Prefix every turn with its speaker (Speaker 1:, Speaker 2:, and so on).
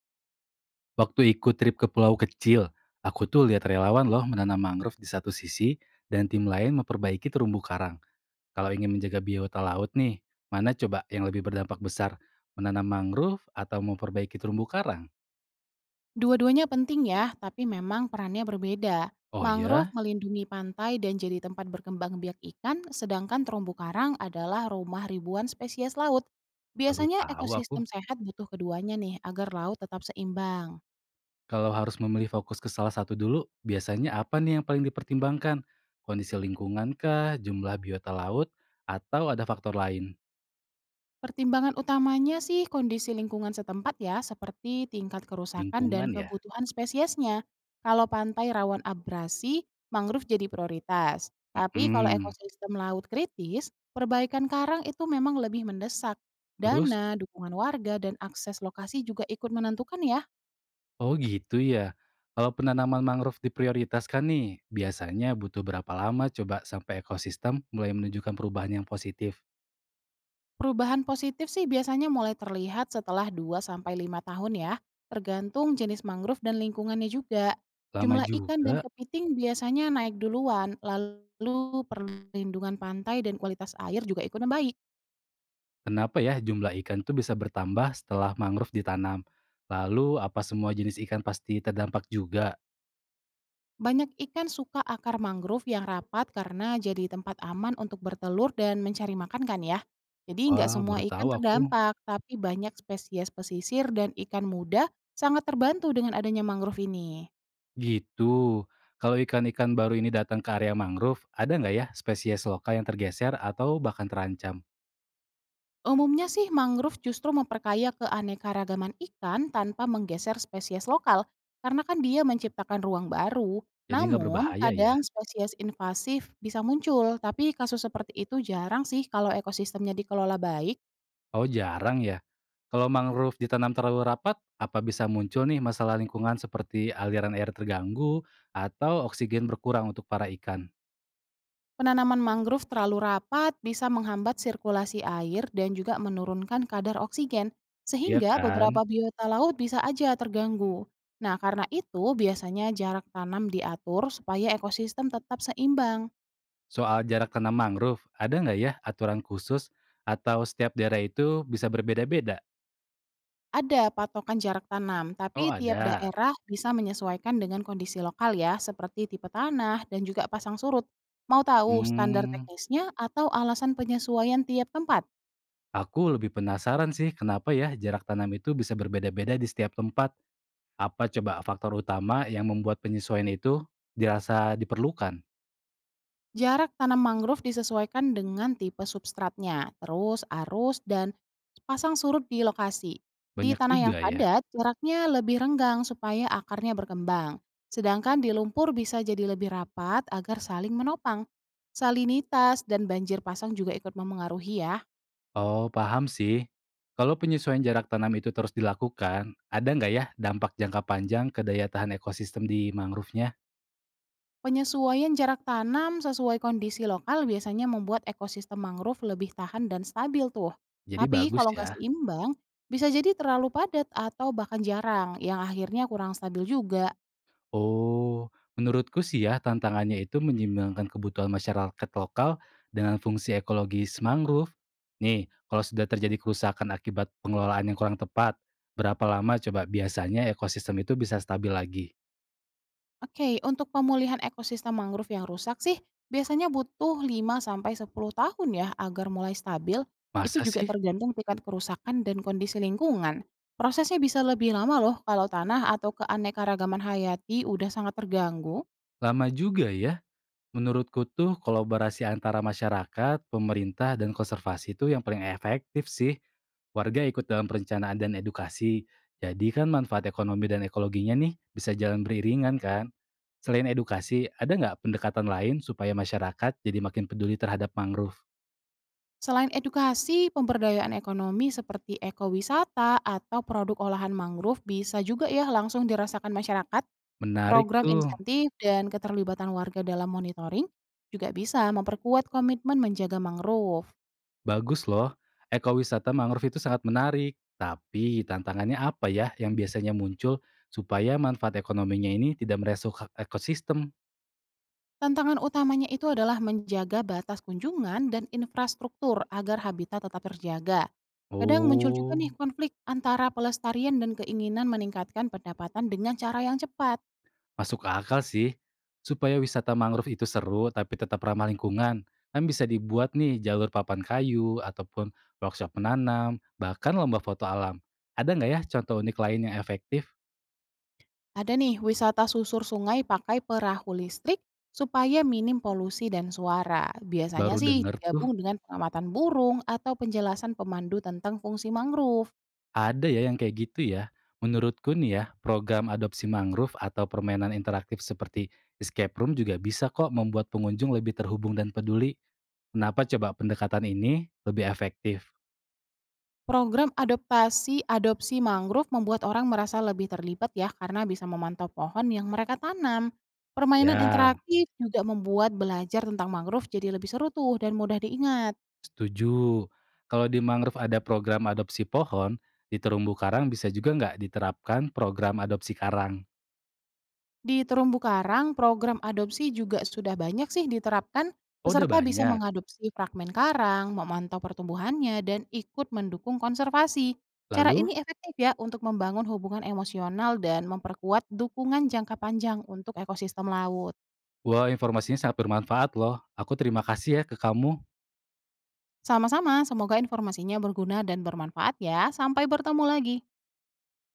Speaker 1: Waktu ikut trip ke pulau kecil, aku tuh lihat relawan loh menanam mangrove di satu sisi dan tim lain memperbaiki terumbu karang. Kalau ingin menjaga biota laut nih, mana coba yang lebih berdampak besar? Menanam mangrove atau memperbaiki terumbu karang?
Speaker 2: Dua-duanya penting ya, tapi memang perannya berbeda.
Speaker 1: Oh
Speaker 2: Mangrove
Speaker 1: iya,
Speaker 2: melindungi pantai dan jadi tempat berkembang biak ikan, sedangkan terumbu karang adalah rumah ribuan spesies laut.
Speaker 1: baru
Speaker 2: Biasanya
Speaker 1: tahu aku.
Speaker 2: ekosistem sehat butuh keduanya nih agar laut tetap seimbang.
Speaker 1: Kalau harus memilih fokus ke salah satu dulu, biasanya apa nih yang paling dipertimbangkan? Kondisi lingkungan kah, jumlah biota laut, atau ada faktor lain?
Speaker 2: Pertimbangan utamanya sih kondisi lingkungan setempat ya, seperti tingkat kerusakan dan
Speaker 1: Lingkungan ya?
Speaker 2: kebutuhan spesiesnya. Kalau pantai rawan abrasi, mangrove jadi prioritas. Tapi kalau
Speaker 1: Mm-mm.
Speaker 2: ekosistem laut kritis, perbaikan karang itu memang lebih mendesak.
Speaker 1: Terus?
Speaker 2: Dana, dukungan warga, dan akses lokasi juga ikut menentukan ya.
Speaker 1: Oh gitu ya. Kalau penanaman mangrove diprioritaskan nih, biasanya butuh berapa lama coba sampai ekosistem mulai menunjukkan perubahan yang positif?
Speaker 2: Perubahan positif sih biasanya mulai terlihat setelah 2 sampai 5 tahun ya, tergantung jenis mangrove dan lingkungannya juga.
Speaker 1: Lama
Speaker 2: Jumlah ikan dan
Speaker 1: juga.
Speaker 2: kepiting biasanya naik duluan, lalu perlindungan pantai dan kualitas air juga ikut membaik.
Speaker 1: Kenapa ya jumlah ikan tuh bisa bertambah setelah mangrove ditanam? Lalu apa semua jenis ikan pasti terdampak juga?
Speaker 2: Banyak ikan suka akar mangrove yang rapat karena jadi tempat aman untuk bertelur dan mencari makan kan ya. Jadi nggak
Speaker 1: Wah,
Speaker 2: semua
Speaker 1: baru
Speaker 2: ikan
Speaker 1: tahu aku.
Speaker 2: terdampak, tapi banyak spesies pesisir dan ikan muda sangat terbantu dengan adanya mangrove ini.
Speaker 1: Gitu. Kalau ikan-ikan baru ini datang ke area mangrove, ada nggak ya spesies lokal yang tergeser atau bahkan terancam?
Speaker 2: Umumnya sih mangrove justru memperkaya keanekaragaman ikan tanpa menggeser spesies lokal, karena kan dia menciptakan ruang baru.
Speaker 1: Jadi nggak
Speaker 2: Namun,
Speaker 1: berbahaya ya?
Speaker 2: kadang spesies invasif bisa muncul, tapi kasus seperti itu jarang sih kalau ekosistemnya dikelola baik.
Speaker 1: Oh jarang ya? Kalau mangrove ditanam terlalu rapat, apa bisa muncul nih masalah lingkungan seperti aliran air terganggu atau oksigen berkurang untuk para ikan?
Speaker 2: Penanaman mangrove terlalu rapat bisa menghambat sirkulasi air dan juga menurunkan kadar oksigen,
Speaker 1: Iya
Speaker 2: sehingga
Speaker 1: kan?
Speaker 2: beberapa biota laut bisa aja terganggu. Nah, karena itu biasanya jarak tanam diatur supaya ekosistem tetap seimbang.
Speaker 1: Soal jarak tanam mangrove, ada nggak ya aturan khusus atau setiap daerah itu bisa berbeda-beda?
Speaker 2: Ada patokan jarak tanam,
Speaker 1: Oh
Speaker 2: tapi tiap
Speaker 1: ada.
Speaker 2: daerah bisa menyesuaikan dengan kondisi lokal ya, seperti tipe tanah dan juga pasang surut. Mau tahu standar
Speaker 1: Hmm,
Speaker 2: teknisnya atau alasan penyesuaian tiap tempat?
Speaker 1: aku lebih penasaran sih kenapa ya jarak tanam itu bisa berbeda-beda di setiap tempat. Apa coba faktor utama yang membuat penyesuaian itu dirasa diperlukan?
Speaker 2: Jarak tanam mangrove disesuaikan dengan tipe substratnya, terus arus dan pasang surut di lokasi. Di
Speaker 1: Banyak
Speaker 2: tanah yang
Speaker 1: juga ya.
Speaker 2: padat, jaraknya lebih renggang supaya akarnya berkembang. Sedangkan di lumpur bisa jadi lebih rapat agar saling menopang. Salinitas dan banjir pasang juga ikut memengaruhi ya.
Speaker 1: Oh, paham sih. Kalau penyesuaian jarak tanam itu terus dilakukan, ada nggak ya dampak jangka panjang ke daya tahan ekosistem di mangrove-nya?
Speaker 2: Penyesuaian jarak tanam sesuai kondisi lokal biasanya membuat ekosistem mangrove lebih tahan dan stabil tuh.
Speaker 1: Jadi
Speaker 2: Tapi
Speaker 1: bagus
Speaker 2: kalau nggak
Speaker 1: ya.
Speaker 2: seimbang, bisa jadi terlalu padat atau bahkan jarang, yang akhirnya kurang stabil juga.
Speaker 1: Oh, menurutku sih ya tantangannya itu menyeimbangkan kebutuhan masyarakat lokal dengan fungsi ekologis mangrove. Nih, kalau sudah terjadi kerusakan akibat pengelolaan yang kurang tepat, berapa lama coba biasanya ekosistem itu bisa stabil lagi?
Speaker 2: Oke, untuk pemulihan ekosistem mangrove yang rusak sih, biasanya butuh 5 sampai 10 tahun ya agar mulai stabil. Itu
Speaker 1: Masa
Speaker 2: juga
Speaker 1: sih?
Speaker 2: tergantung tingkat kerusakan dan kondisi lingkungan. Prosesnya bisa lebih lama loh kalau tanah atau keanekaragaman hayati udah sangat terganggu.
Speaker 1: Lama juga ya? Menurutku tuh kolaborasi antara masyarakat, pemerintah, dan konservasi itu yang paling efektif sih. Warga ikut dalam perencanaan dan edukasi. Jadi kan manfaat ekonomi dan ekologinya nih bisa jalan beriringan kan. Selain edukasi, ada nggak pendekatan lain supaya masyarakat jadi makin peduli terhadap mangrove?
Speaker 2: Selain edukasi, pemberdayaan ekonomi seperti ekowisata atau produk olahan mangrove bisa juga ya langsung dirasakan masyarakat.
Speaker 1: Menarik
Speaker 2: Program
Speaker 1: tuh,
Speaker 2: insentif dan keterlibatan warga dalam monitoring juga bisa memperkuat komitmen menjaga mangrove.
Speaker 1: bagus loh. Ekowisata mangrove itu sangat menarik. Tapi tantangannya apa ya yang biasanya muncul supaya manfaat ekonominya ini tidak merusak ekosistem?
Speaker 2: Tantangan utamanya itu adalah menjaga batas kunjungan dan infrastruktur agar habitat tetap terjaga. Kadang muncul juga nih
Speaker 1: Oh,
Speaker 2: konflik antara pelestarian dan keinginan meningkatkan pendapatan dengan cara yang cepat.
Speaker 1: masuk akal sih. Supaya wisata mangrove itu seru tapi tetap ramah lingkungan, kan bisa dibuat nih jalur papan kayu ataupun workshop menanam, bahkan lomba foto alam. Ada nggak ya contoh unik lain yang efektif?
Speaker 2: Ada nih wisata susur sungai pakai perahu listrik supaya minim polusi dan suara. Biasanya
Speaker 1: Baru
Speaker 2: sih
Speaker 1: denger tuh
Speaker 2: digabung dengan pengamatan burung atau penjelasan pemandu tentang fungsi mangrove.
Speaker 1: ada ya yang kayak gitu ya. Menurutku nih ya, program adopsi mangrove atau permainan interaktif seperti escape room juga bisa kok membuat pengunjung lebih terhubung dan peduli. Kenapa coba pendekatan ini lebih efektif?
Speaker 2: Program adaptasi adopsi mangrove membuat orang merasa lebih terlibat ya karena bisa memantau pohon yang mereka tanam. Permainan
Speaker 1: Ya,
Speaker 2: interaktif juga membuat belajar tentang mangrove jadi lebih seru tuh dan mudah diingat.
Speaker 1: setuju. Kalau di mangrove ada program adopsi pohon, di terumbu karang bisa juga nggak diterapkan program adopsi karang?
Speaker 2: Di terumbu karang, program adopsi juga sudah banyak sih diterapkan.
Speaker 1: Oh, udah
Speaker 2: Peserta bisa
Speaker 1: banyak.
Speaker 2: mengadopsi fragmen karang, memantau pertumbuhannya, dan ikut mendukung konservasi. Cara
Speaker 1: Lalu?
Speaker 2: ini efektif ya untuk membangun hubungan emosional dan memperkuat dukungan jangka panjang untuk ekosistem laut.
Speaker 1: Wah, informasinya sangat bermanfaat loh. Aku terima kasih ya ke kamu.
Speaker 2: Sama-sama, semoga informasinya berguna dan bermanfaat ya. Sampai bertemu lagi.